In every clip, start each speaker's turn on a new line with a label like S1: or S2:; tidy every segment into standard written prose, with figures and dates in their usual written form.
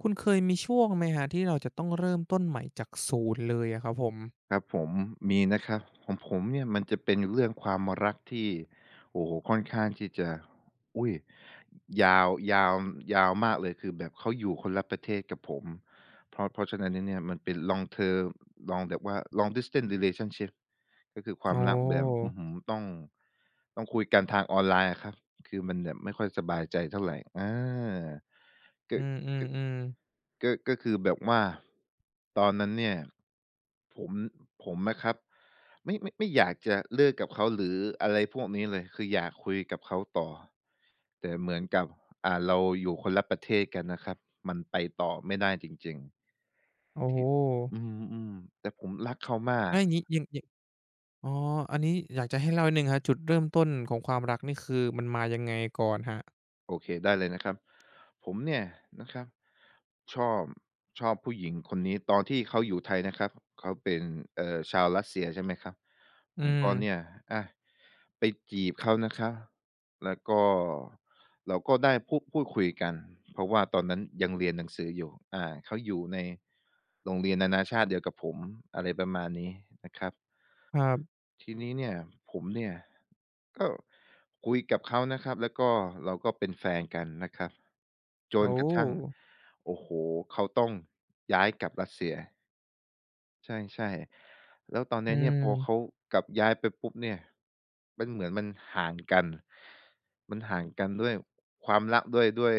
S1: คุณเคยมีช่วงไหมครับที่เราจะต้องเริ่มต้นใหม่จากศูนย์เลยอะครับผม
S2: ครับผมมีนะครับของผมเนี่ยมันจะเป็นเรื่องความรักที่โอ้โฮค่อนข้างที่จะอุ๊ยยาวยาวยาวมากเลยคือแบบเขาอยู่คนละประเทศกับผมเพราะฉะนั้นแล้วเนี่ยมันเป็น long term long แบบว่า long distance relationship ก็คือควา
S1: อ๋
S2: มรักแบบ
S1: อ
S2: อื้อฮือต้องคุยกันทางออนไลน์อะครับคือมันแบบไม่ค่อยสบายใจเท่าไรอาก็
S1: อื
S2: ก
S1: มๆๆ
S2: ก็คือแบบว่า ตอนนั้นเนี่ย ผมนะครับไม่อยากจะเลิกกับเขาหรืออะไรพวกนี้เลย คืออยากคุยกับเขาต่อ แต่เหมือนกับเราอยู่คนละประเทศกันนะครับ มันไปต่อไม่ได้จริงๆ
S1: โอ้โฮ
S2: อืมๆแต่ผมรักเขามา
S1: แล้
S2: ก
S1: วอย่างงี้อย่างอย่างอ๋ออันนี้อยากจะให้เล่านิดหนึ่งครับจุดเริ่มต้นของความรักนี่คือมันมายังไงก่อนครับ
S2: โอเคได้เลยนะครับผมเนี่ยนะครับชอบผู้หญิงคนนี้ตอนที่เขาอยู่ไทยนะครับเขาเป็นชาวรัสเซียใช่ไหมครับ
S1: อื
S2: ผม
S1: ม
S2: ก็เนี่ยอะไปจีบเขานะครับแล้วก็เราก็ได้พูดคุยกันเพราะว่าตอนนั้นยังเรียนหนังสืออยู่เขาอยู่ในโรงเรียนนานาชาติเดียวกับผมอะไรประมาณนี้นะครับ
S1: ครับ
S2: ทีนี้เนี่ยผมเนี่ยก็คุยกับเขานะครับแล้วก็เราก็เป็นแฟนกันนะครับจ
S1: โอ้
S2: นกระทั่งโอ้โหเขาต้องย้ายกลับรัสเซีย ใช่ๆแล้วตอน
S1: อื
S2: นั้นเนี่ยพอเขา
S1: ม
S2: กลับย้ายไปปุ๊บเนี่ยมันเหมือนห่างกันห่างกันด้วยความรักด้วย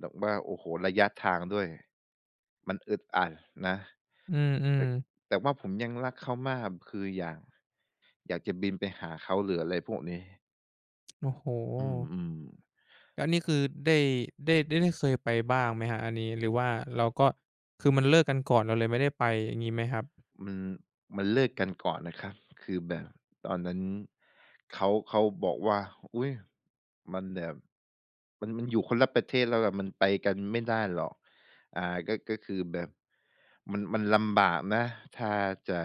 S2: แบบว่าโอ้โฮระยะทางด้วยมันอึดอัดนะ
S1: อืม
S2: แต่
S1: ๆ
S2: แต่ว่าผมยังรักเขามากคืออยากจะบินไปหาเขาหรืออะไรพวกนี้
S1: โอ้โฮ
S2: อืมๆ
S1: แล้วอันนี้คือได้เคยไปบ้างไหมครับอันนี้หรือว่าเราก็คือมันเลิกกันก่อนเราเลยไม่ได้ไปอย่างงี้ไหมครับ
S2: มันเลิกกันก่อนนะครับคือแบบตอนนั้นเขาบอกว่าอุ๊ยมันแบบมันอยู่คนละประเทศแล้วอะมันไปกันไม่ได้หรอก ก็คือแบบมันลำบากนะถ้าจะ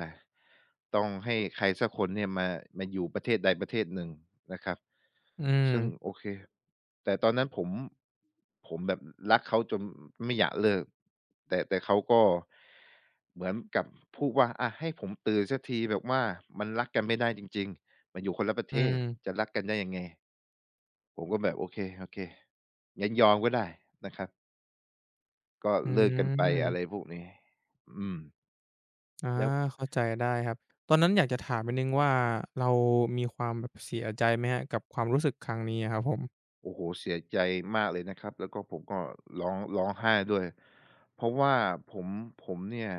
S2: ต้องให้ใครสักคนเนี่ยมาอยู่ประเทศใดประเทศหนึ่งนะครับ
S1: อื
S2: ซึ่ง
S1: ม
S2: โอเคแต่ตอนนั้นผมแบบรักเขาจนไม่อยากเลิกแต่เขาก็เหมือนกับพูดว่าอะให้ผมตื่นสักทีแบบว่ามันรักกันไม่ได้จริงๆมันอยู่คนละประ
S1: อื
S2: เทศ
S1: ม
S2: จะรักกันได้ยังไงผมก็แบบโอเคๆงั้นยอมก็ได้นะครับ ก็
S1: อื
S2: เลิกกันไปอะไร
S1: ม
S2: พวกนี้อืม
S1: อา
S2: แล้ว
S1: เข้าใจได้ครับตอนนั้นอยากจะถามนิดหนึ่งว่าเรามีความแบบเสียใจไหมครับกับความรู้สึกครั้งนี้อะครับผม
S2: โอ้โฮเสียใจมากเลยนะครับ แล้วก็ผมก็ร้องไห้ด้วย เพราะว่าผมเนี่ย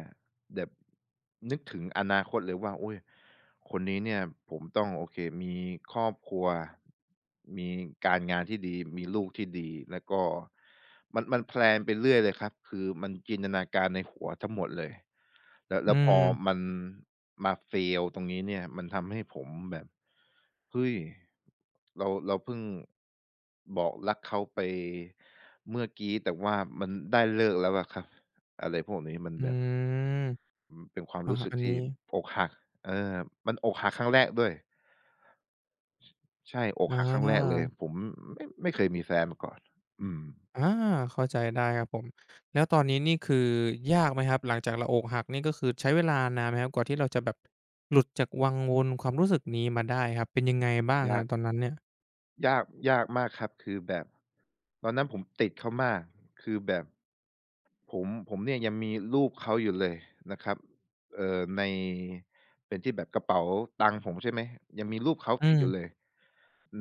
S2: แบบนึกถึงอนาคตเลยว่าโอ๊ย คนนี้เนี่ยผมต้องโอเคมีครอบครัวมีการงานที่ดีมีลูกที่ดีแล้วก็มันแพลนไปเรื่อยเลยครับคือมันจินตนาการในหัวทั้งหมดเลย
S1: อื
S2: แล้วพอ
S1: ม
S2: มันมา fail ตรงนี้เนี่ยมันทำให้ผมแบบเฮ้ยเราเพิ่งบอกรักเขาไปเมื่อกี้แต่ว่ามันได้เลิกแล้วอะครับอะไรพวกนี้มัน
S1: อื
S2: แบบ
S1: ม
S2: อืมเป็นความ
S1: อ่า
S2: รู้สึก
S1: อันนี้
S2: ที่อกหักเออมันอกหักครั้งแรกด้วยใช่อก
S1: อ
S2: หักครั้งแรกเล
S1: า
S2: ยผมไม่เคยมีแฟนมาก่อนอืม
S1: อาเข้าใจได้ครับผมแล้วตอนนี้นี่คือยากไหมครับหลังจากเราอกหักนี่ก็คือใช้เวลานานไหมครับกว่าที่เราจะแบบหลุดจากวังวนความรู้สึกนี้มาได้ครับเป็นยังไงบ้างค
S2: ยา
S1: รั
S2: ก
S1: บตอนนั้นเนี่ย
S2: ยากยากมากครับคือแบบตอนนั้นผมติดเขามากคือแบบ ผมเนี่ยยังมีรูปเขาอยู่เลยนะครับในเป็นที่แบบกระเป๋าตังค์ผมใช่ไหมยังมีรูปเขา
S1: อื
S2: ติดอยู่เล
S1: ม
S2: ย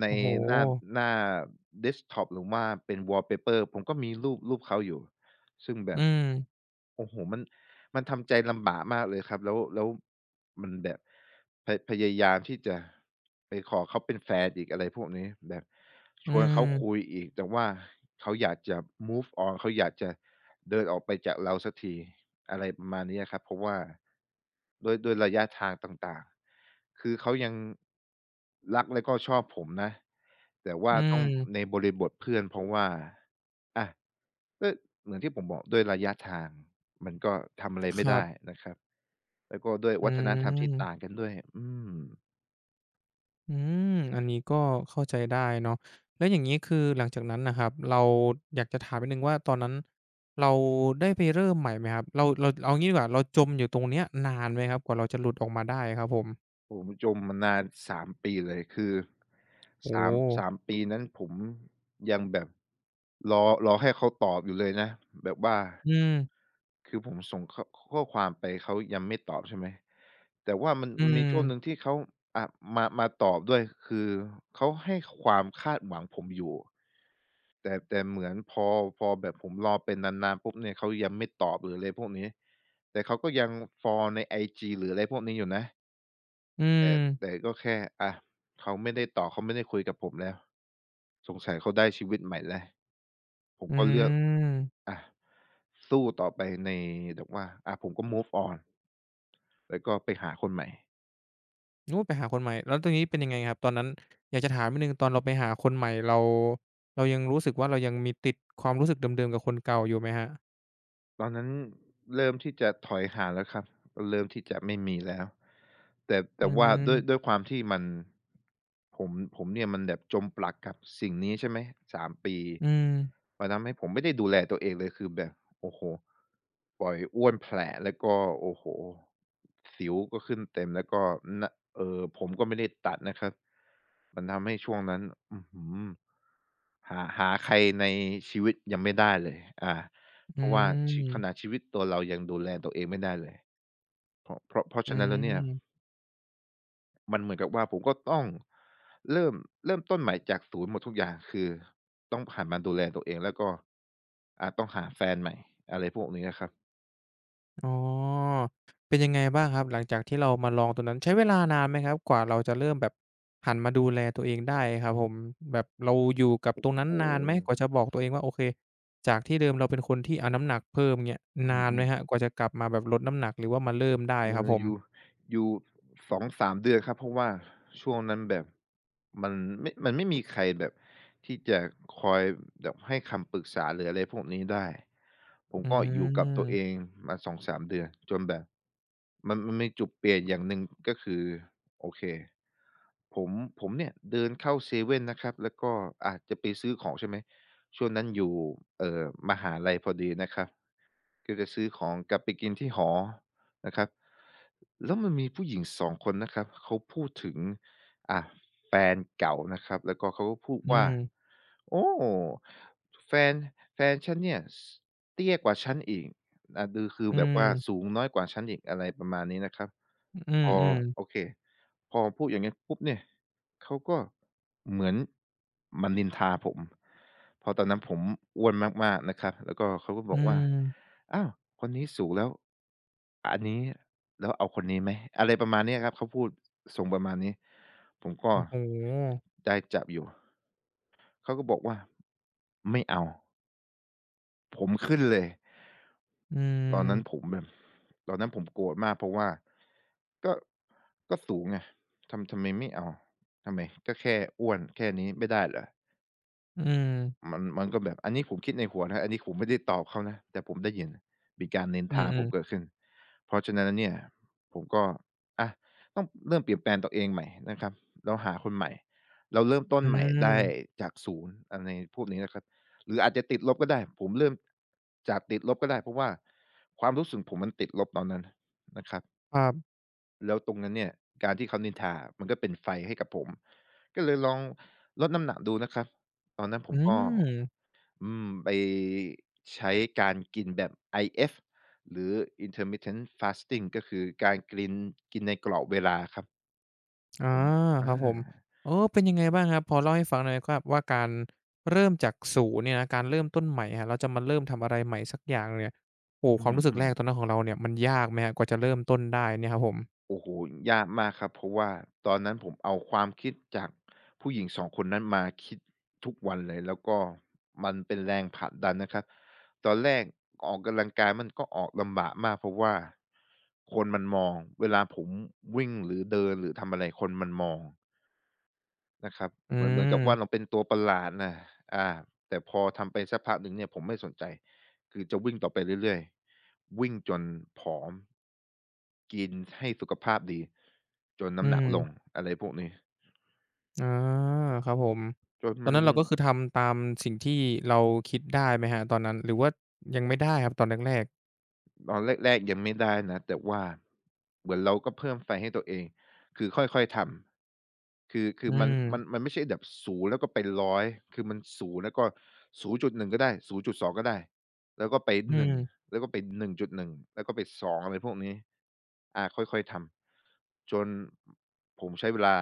S2: ใน
S1: โอ้โฮ
S2: หน้าหน้าเดสก์ท็อปหรือว่าเป็น wallpaper ผมก็มีรูปเขาอยู่ซึ่งแบ
S1: อื
S2: บ
S1: ม
S2: โอ้โฮมันทำใจลำบากมากเลยครับแล้วมันแบบพยายามที่จะไปขอเขาเป็นแฟนอีกอะไรพวกนี้แบบช
S1: อื
S2: วนเขาคุ
S1: ม
S2: ยอีกแต่ว่าเขาอยากจะ move on เขาอยากจะ เดินออกไปจากเราสักทีอะไรประมาณนี้อะครับเพราะว่าด้วยระยะทางต่างๆคือเขายังรักและก็ชอบผมนะแต่ว่า
S1: อื
S2: ต้องใน
S1: ม
S2: บริบทเพื่อนเพราะว่าอะก็เหมือนที่ผมบอกด้วยระยะทางมันก็ทำอะไร
S1: ค
S2: ไม่
S1: รั
S2: ได้
S1: บ
S2: นะครับแล้วก็ด้วย
S1: อื
S2: วัฒนธรรมที่ต่าง
S1: ม
S2: กันด้วยอืม
S1: อืมอันนี้ก็เข้าใจได้เนาะแล้วอย่างงี้คือหลังจากนั้นนะครับเราอยากจะถามนิดหนึ่งว่าตอนนั้นเราได้ไปเริ่มใหม่ไหมครับ เราเอางี้ดีกว่าเราจมอยู่ตรงเนี้ยนานไหมครับกว่าเราจะหลุดออกมาได้ครับผม
S2: ผมจมมานาน3ปีเลยคือ
S1: โอ้
S2: สาม
S1: โฮ
S2: ปีนั้นผมยังแบบรอให้เขาตอบอยู่เลยนะแบบว่า
S1: อืม
S2: คือผมส่งข้อความไปเขายังไม่ตอบใช่ไหมแต่ว่ามัน
S1: อื
S2: มีช่วงหนึ่ง
S1: ม
S2: ที่เขาอ่ามาตอบด้วยคือเขาให้ความคาดหวังผมอยู่แต่เหมือนพอแบบผมรอไปนานๆปุ๊บเนี่ยเขายังไม่ตอบหรืออะไรพวกนี้แต่เขาก็ยังฟอลในไอจีหรืออะไรพวกนี้อยู่นะ
S1: อื
S2: แต่
S1: ม
S2: แต่ก็แค่อะเขาไม่ได้ต่อเขาไม่ได้คุยกับผมแล้วสงสัยเขาได้ชีวิตใหม่แล้วผม
S1: อื
S2: ก็เลือก
S1: ม
S2: อะสู้ต่อไปในแบบว่าอะผมก็ move on แล้วก็ไปหาคนใหม่
S1: โอ้ไปหาคนใหม่ แล้วตรงนี้เป็นยังไงครับตอนนั้นอยากจะถามนิดหนึ่งตอนเราไปหาคนใหม่เรายังรู้สึกว่าเรายังมีติดความรู้สึกเดิมๆกับคนเก่าอยู่ไหมครับ
S2: ตอนนั้นเริ่มที่จะถอยห่างแล้วครับเริ่มที่จะไม่มีแล้วแต่
S1: อื
S2: แต่
S1: ม
S2: ว่าด้วยความที่มันผมผมเนี่ยมันแบบจมปลักกับสิ่งนี้ใช่ไหม3 ปี
S1: อืม
S2: มันทำให้ผมไม่ได้ดูแลตัวเองเลยคือแบบโอ้โฮปล่อยอ้วนแผละแล้วก็โอ้โฮสิวก็ขึ้นเต็มแล้วก็หน้าผมก็ไม่ได้ตัดนะครับมันทำให้ช่วงนั้นอื้อฮือหาใครในชีวิตยังไม่ได้เลยอา เพ
S1: อื
S2: ราะว่า
S1: ม
S2: ขนาดชีวิตตัวเรายังดูแลตัวเองไม่ได้เลยเพราะ
S1: อื
S2: ฉะนั้นแล้วเนี่ย
S1: ม
S2: มันเหมือนกับว่าผมก็ต้องเริ่มเริ่มต้นใหม่จากศูนย์หมดทุกอย่างคือต้องหันมาดูแลตัวเองแล้วก็ต้องหาแฟนใหม่อะไรพวกนี้อะครับ
S1: อ๋อเป็นยังไงบ้างครับหลังจากที่เรามาลองตัวนั้นใช้เวลานานไหมครับกว่าเราจะเริ่มแบบหันมาดูแลตัวเองได้ครับผมแบบเราอยู่กับ
S2: โอ้
S1: ตรงนั้น
S2: โฮ
S1: นานไหมกว่าจะบอกตัวเองว่าโอเคจากที่เดิมเราเป็นคนที่เอาน้ำหนักเพิ่มเงี้ย
S2: อื
S1: นานไหม
S2: ม
S1: ครับ
S2: ๆ
S1: กว่าจะกลับมาแบบลดน้ำหนักหรือว่ามาเริ่มได้
S2: เอ
S1: ครับ
S2: อ
S1: ผ
S2: อ
S1: ม
S2: ยู่อยู่2-3เดือนครับเพราะว่าช่วงนั้นแบบมันมันไม่มีใครแบบที่จะคอยแบบให้คำปรึกษาหรืออะไรพวกนี้ได้ผม
S1: อื
S2: ก็อยู่กับตัวเอง
S1: ม
S2: มา2-3เดือนจนแบบมันมีจุดเปลี่ยนอย่างหนึ่งก็คือโอเคผมผมเนี่ยเดินเข้าเซเว่นนะครับแล้วก็อาจะไปซื้อของใช่ไหมช่วงนั้นอยู่เอ่อมหาลัยพอดีนะครับก็จะซื้อของกลับไปกินที่หอ นะครับแล้วมันมีผู้หญิงสองคนนะครับเขาพูดถึงอ่าแฟนเก่านะครับแล้วก็เขาก็พูด
S1: อื
S2: ว่า
S1: ม
S2: โอ้แฟนแฟนฉันเนี่ยเตี้ยกว่าฉันอีกอ่าดือคือ
S1: อื
S2: แบบว่าสู
S1: ม
S2: งน้อยกว่าฉันอีกอะไรประมาณนี้นะครับ
S1: อื
S2: พ
S1: ม
S2: อ
S1: อืม
S2: โอเคพอพูดอย่างงั้นปุ๊บเนี่ยเขาก็เหมือนมานินทาผมเพราะตอนนั้นผมอ้วนมากๆนะครับแล้วก็เขาก็บ
S1: อื
S2: อกว่า
S1: ม
S2: อ้าวคนนี้สูงแล้วอันนี้แล้วเอาคนนี้ไหมอะไรประมาณเนี้ยครับเขาพูดส่งประมาณนี้ผมก็
S1: โอ้โฮ
S2: ได้จับอยู่เขาก็บอกว่าไม่เอาผมขึ้นเลย
S1: อื
S2: ตอนนั้นผ
S1: ม
S2: มแบบตอนนั้นผมโกรธมากเพราะว่าก็ก็สูงไงทำไมไม่เอาทำไมก็แค่อ้วนแค่นี้ไม่ได้เหรอ
S1: อืม
S2: มันก็แบบอันนี้ผมคิดในหัวนะอันนี้ผมไม่ได้ตอบเขานะแต่ผมได้ยินมีการนิน
S1: อื
S2: ทาผ
S1: อ
S2: มเกิด
S1: ๆ
S2: ขึ้นเพราะฉะนั้นแล้วเนี่ยผมก็อะต้องเริ่มเปลี่ยนแปลงตัวเองใหม่นะครับแล้วหาคนใหม่เราเริ่มต้น
S1: อื
S2: ใหม่ได้
S1: ม
S2: จาก0อะไรพวกนี้นะครับหรืออาจจะติดลบก็ได้ผมเริ่มจากติดลบก็ได้เพราะว่าความรู้สึกผมมันติดลบตอนนั้นนะครับ
S1: ครับ
S2: แล้วตรงนั้นเนี่ยการที่เขานินทามันก็เป็นไฟให้กับผมก็เลยลองลดน้ำหนักดูนะครับตอนนั้นผ
S1: อื
S2: มก็
S1: ม
S2: ไปใช้การกินแบบ IF หรือ Intermittent Fasting ก็คือการกินกินในกรอบเวลาครับผ
S1: อา
S2: ม
S1: ค
S2: อา
S1: รับผมเออเป็นยังไงบ้างครับพอเล่าให้ฟังหน่อยครับว่าการเริ่มจากศูนย์เนี่ยนะการเริ่มต้นใหม่อะเราจะมาเริ่มทำอะไรใหม่สักอย่างเนี่ยโอ้โฮ
S2: อ
S1: ความรู้สึก
S2: ื
S1: แร
S2: ม
S1: ก
S2: ๆ
S1: ตอนนั้นของเราเนี่ยมันยากไหมครับกว่าจะเริ่มต้นได้เนี่ยครับผม
S2: โอ้โฮยากมากครับ เพราะว่าตอนนั้นผมเอาความคิดจากผู้หญิงสองคนนั้นมาคิดทุกวันเลย แล้วก็มันเป็นแรงผลักดันนะครับ ตอนแรกออกกำลังกายมันก็ออกลำบากมากเพราะว่าคนมันมองเวลาผมวิ่งหรือเดินหรือทำอะไรคนมันมอง นะครับ
S1: อื
S2: เหมือนกับว่าเรา
S1: ม
S2: เป็นตัวประหลาดน่ะอาแต่พอทำไปสักพักหนึ่งเนี่ยผมไม่สนใจคือจะวิ่งต่อไปเรื่อยๆวิ่งจนผอมกินให้สุขภาพดีจน
S1: อื
S2: น้ำหนั
S1: ม
S2: กลงอะไรพวกนี้
S1: อาครับผม
S2: จน
S1: ตอ
S2: มั
S1: น
S2: น
S1: นั้น
S2: ล
S1: เรา
S2: ง
S1: ก็คือทำตามสิ่งที่เราคิดได้ไหมครับตอนนั้นหรือว่ายังไม่ได้ครับตอนแรกๆ
S2: ตอนแรกๆยังไม่ได้นะแต่ว่าเหมือนเราก็เพิ่มไฟให้ตัวเองคือค่อยๆทำคือคื
S1: อื
S2: อมัน
S1: ม
S2: มันมันไม่ใช่แบบ0แล้วก็ไป100คือมัน0แล้วก็0.1ก็ได้0.2ก็ได้แล้วก็ไป
S1: อื
S2: หนึ่ง
S1: ม
S2: แล้วก็ไป1.1แล้วก็ไปสองอะไรพวกนี้อาค่อยๆทำจนผมใช้เวลา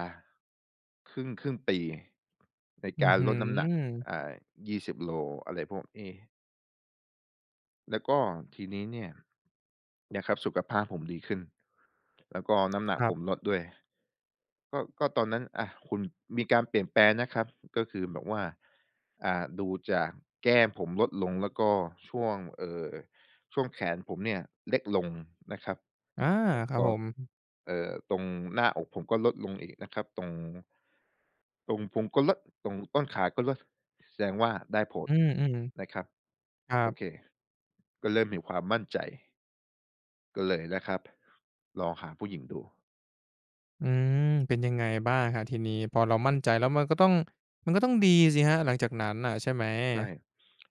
S2: ครึ่งปีใน
S1: อื้อ
S2: การ
S1: ฮื
S2: ล
S1: อ
S2: ดน้ำหนักอ่า20 โลอะไรพวกนี้ แล้วก็ทีนี้เนี่ยนะครับสุขภาพผมดีขึ้นแล้วก็น้ำหนั
S1: ค
S2: ก
S1: รั
S2: ผม
S1: บ
S2: ลดด้วยก็ตอนนั้นอะคุณมีการเปลี่ยนแปลงนะครับก็คือแบบว่าดูจากแก้มผมลดลงแล้วก็ช่วงช่วงแขนผมเนี่ยเล็กลงนะครับ
S1: อา
S2: แล้ว
S1: ครับ
S2: ก็
S1: ผม
S2: ตรงหน้าอกผมก็ลดลงอีกนะครับตรงพุงก็ลดตรงต้นขาก็ลดแสดงว่าได้ผ
S1: อื
S2: ล
S1: ม
S2: นะครับ
S1: ๆครั
S2: โอ
S1: บ
S2: เคก็เริ่มมีความมั่นใจก็เลยนะครับลองหาผู้หญิงดู
S1: อืมเป็นยังไงบ้างครับทีนี้พอเรามั่นใจแล้วมันก็ต้องดีสิครับหลังจากนั้นน่ะใช่ไหม
S2: ใช่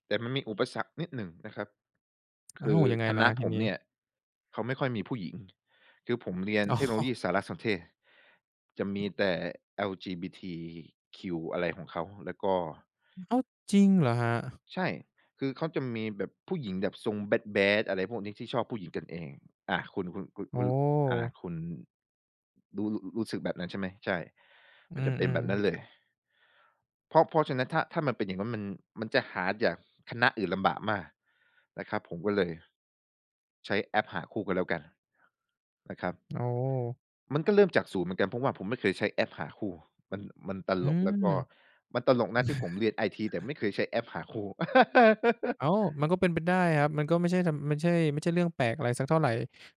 S2: แต่มันมีอุปสรรคนิดหนึ่งนะครับ
S1: อ้า
S2: คื
S1: ว
S2: อ
S1: ยังไง
S2: ค
S1: ล่ะ
S2: ณะ
S1: ครับที
S2: ผม
S1: นี้
S2: เนี่ยเขาไม่ค่อยมีผู้หญิงคือผมเรียน
S1: อ๋
S2: เทคโนโลยี
S1: อ
S2: สารสนเทศจะมีแต่ LGBTQ อลจีบีทีคิวอะไรของเขาแล้วก็
S1: อ้าวจริงเหรอครับ
S2: ใช่ คือเขาจะมีแบบผู้หญิงแบบทรงแบดแบดอะไรพวกนี้ที่ชอบผู้หญิงกันเองอาคุณคุณคุณ
S1: โอ
S2: คุณอ่า
S1: ้
S2: คุณรู้สึกแบบนั้นใช่ไหม ใช่
S1: อื
S2: มันจะเป็น
S1: ม
S2: แบบนั้นเล
S1: ๆ
S2: ย เพราะฉะนั้นถ้ามันเป็นอย่างงั้นมันจะหาจากคณะอื่นลำบากมากนะครับผมก็เลยใช้แอปหาคู่ก็แล้วกันนะครับ
S1: โอ้
S2: มันก็เริ่มจากศูนย์เหมือนกันเพราะว่าผมไม่เคยใช้แอปหาคู่มันมันต
S1: อื
S2: ลกแล้วก็
S1: ม
S2: มันตลกนะที่ผมเรียนไอทีแต่ไม่เคยใช้แอปหาคู่
S1: อ้าวมันก็เป็นไปได้ครับมันก็ไม่ใช่ทำไม่ใช่ไม่ใช่เรื่องแปลกอะไรสักเท่าไร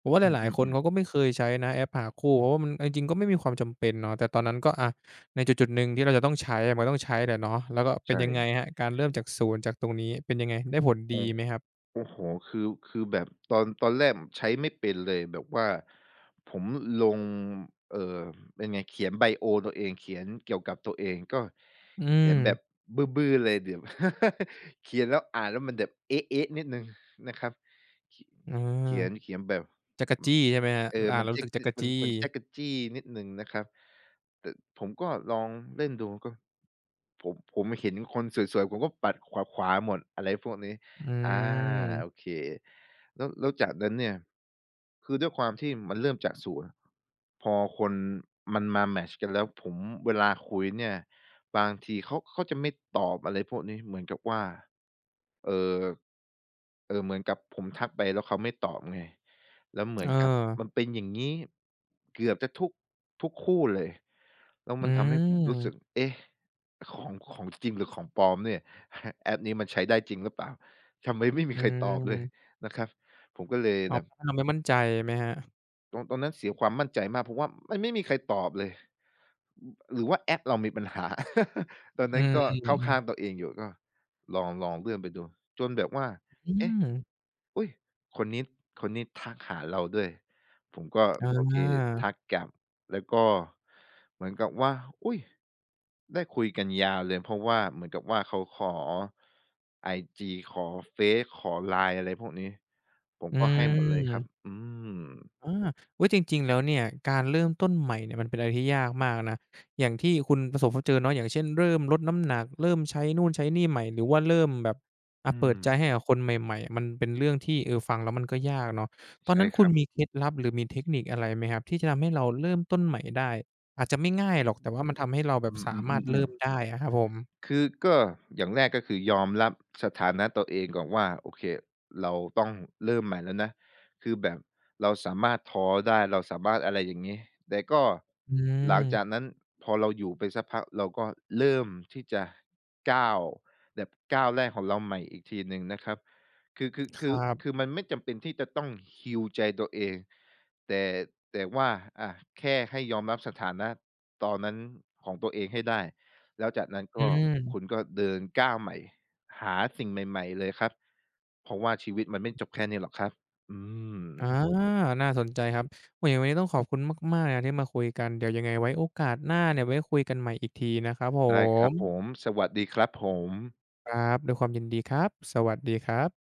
S1: ผมว่าห
S2: อื
S1: ลายๆคน
S2: ม
S1: เขา
S2: ๆ
S1: ก็
S2: ๆ
S1: ไม่เคยใช้นะแอปหาคู่เพราะว่ามันเอาจริงๆก็ไม่มีความจำเป็นเนาะแต่ตอนนั้นก็อะในจุดๆหนึ่งที่เราจะต้องใช้อะมันก็ต้องใช้แหละเนาะแล้วก็เป็น
S2: ใช่
S1: ยังไงครับการเริ่มจากศูนย์จากตรงนี้เป็นยังไงได้ผล
S2: อ๋
S1: ดี
S2: อ
S1: ไหมครับ
S2: โอ้โฮคือแบบตอนแรกใช้ไม่เป็นเลยแบบว่าผมลงเอ่อเป็นไงเขียนไบโอตัวเองเขียนเกี่ยวกับตัวเองก็
S1: อื
S2: เขี
S1: ม
S2: ยนแบบบื้อๆเลยเดี๋ยว เขียนแล้วอ่านแล้วมันแบบเอ๊ะๆนิดหนึ่งนะครับ
S1: อา
S2: เขียนแบบ
S1: จักจี้ใช่ไหมครับ
S2: เออ
S1: อ่า
S2: มัน
S1: เรารู้สึ
S2: Jack
S1: กจั
S2: น
S1: ก
S2: มัน
S1: จี้
S2: มัน jack นิดหนึ่งนะครับ แต่ผมก็ลองเล่นดูก็ผมเห็นคนสวยๆผมก็ปัดขวาๆหมดอะไรพวกนี้
S1: อื
S2: อาโอ
S1: ม
S2: เคแล้วจากนั้นเนี่ยคือด้วยความที่มันเริ่มจากศูนย์พอคนมันมาแมตช์กันแล้วผมเวลาคุยเนี่ยบางทีเขาจะไม่ตอบอะไรพวกนี้เหมือนกับว่าเอ่อเหมือนกับผมทักไปแล้วเขาไม่ตอบไง แล้วเหมือ
S1: เอ
S2: น
S1: อ
S2: กับมันเป็นอย่างนี้เกือบจะทุกคู่เลยแล้ว
S1: อื
S2: มันทำให้ผมรู้สึก
S1: ม
S2: เอ๊ะของจริงหรือของปลอมเนี่ย แอปนี้มันใช้ได้จริงหรือเปล่าทำไมไม่มี
S1: อื
S2: ใครตอบเลย
S1: ม
S2: นะครับผมก็เลย
S1: อ๋อ
S2: แบบ
S1: เพราะว่าเราไม่มั่นใจไหมครับ
S2: ตอนนั้นเสียความมั่นใจมากเพราะว่ามันไม่มีใครตอบเลยหรือว่าแอปเรามีปัญหา ตอน
S1: อื
S2: นั้น
S1: ม
S2: ก็เข้าข้างตั
S1: ๆๆ
S2: วเองอยู่ก็ลองเลื่อนไปดูจนแบบว่า
S1: อื
S2: เอ๊ะ
S1: ม
S2: อุ๊ยคนนี้คนนี้ทักหาเราด้วยผมก็
S1: อ
S2: โอเค
S1: า
S2: ทักกลับแล้วก็เหมือนกับว่าอุ๊ยได้คุยกันยาวเลยเพราะว่าเหมือนกับว่าเขาขอไอจีขอเฟซขอ LINE อะไรพวกนี้ผม
S1: อื
S2: ก็ให้หมดเลยครับ
S1: ม
S2: อืม
S1: อาอุ้ยจริงๆแล้วเนี่ยการเริ่มต้นใหม่เนี่ยมันเป็นอะไรที่ยากมากนะอย่างที่คุณประสบพบเจอเนาะอย่างเช่นเริ่มลดน้ำหนักเริ่มใช้นู่นใช้นี่ใหม่หรือว่าเริ่มแบบอะ
S2: อื
S1: เปิ
S2: ม
S1: ดใจให้กับคนใหม่ๆมันเป็นเรื่องที่เออฟังแล้วมันก็ยากเนาะตอน
S2: ใช่
S1: นั้น
S2: ค
S1: คุณ
S2: รับ
S1: มีเคล็ดลับหรือมีเทคนิคอะไรไหมครับที่จะทำให้เราเริ่มต้นใหม่ได้อาจจะไม่ง่ายหรอกแต่ว่ามันทำให้เราแบ
S2: อื
S1: บ
S2: มๆๆ
S1: สา
S2: ๆอือ
S1: มา
S2: อื
S1: รถ
S2: ออือ
S1: เริ่มได้อะครับผม
S2: คือก็อย่างแรกก็คือยอมรับสถานะตัวเองก่อนว่าโอเคเราต้องเริ่มใหม่แล้วนะคือแบบเราสามารถท้อได้เราสามารถอะไรอย่างนี้แต่ก็
S1: อื
S2: หลั
S1: ม
S2: งจากนั้นพอเราอยู่ไปสักพักเราก็เริ่มที่จะก้าวแบบก้าวแรกของเราใหม่อีกทีหนึ่งนะครับคือคือ
S1: ค
S2: คือ
S1: รั
S2: คือ
S1: บ
S2: มันไม่จำเป็นที่จะต้อง hea ใจตัวเองแต่แต่ว่าอะแค่ให้ยอมรับสถานะตอนนั้นของตัวเองให้ได้ แล้วจากนั้น
S1: อื
S2: ก็คุณ
S1: ม
S2: ก็เดินก้าวใหม่หาสิ่งใหม่ๆเลยครับเพราะว่าชีวิตมันไม่จบแค่นี้หรอกครับอืม
S1: อาน่าสนใจครับโอ้โฮยังไงวันนี้ต้องขอบคุณมากๆเลยนะที่มาคุยกัน เดี๋ยวยังไงไว้โอกาสหน้าเนี่ยไว้คุยกันใหม่อีกทีนะครับผ
S2: ได้ครั
S1: ม
S2: บผมสวัสดีครับผม
S1: ครับด้วยความยินดีครับ สวัสดีครับ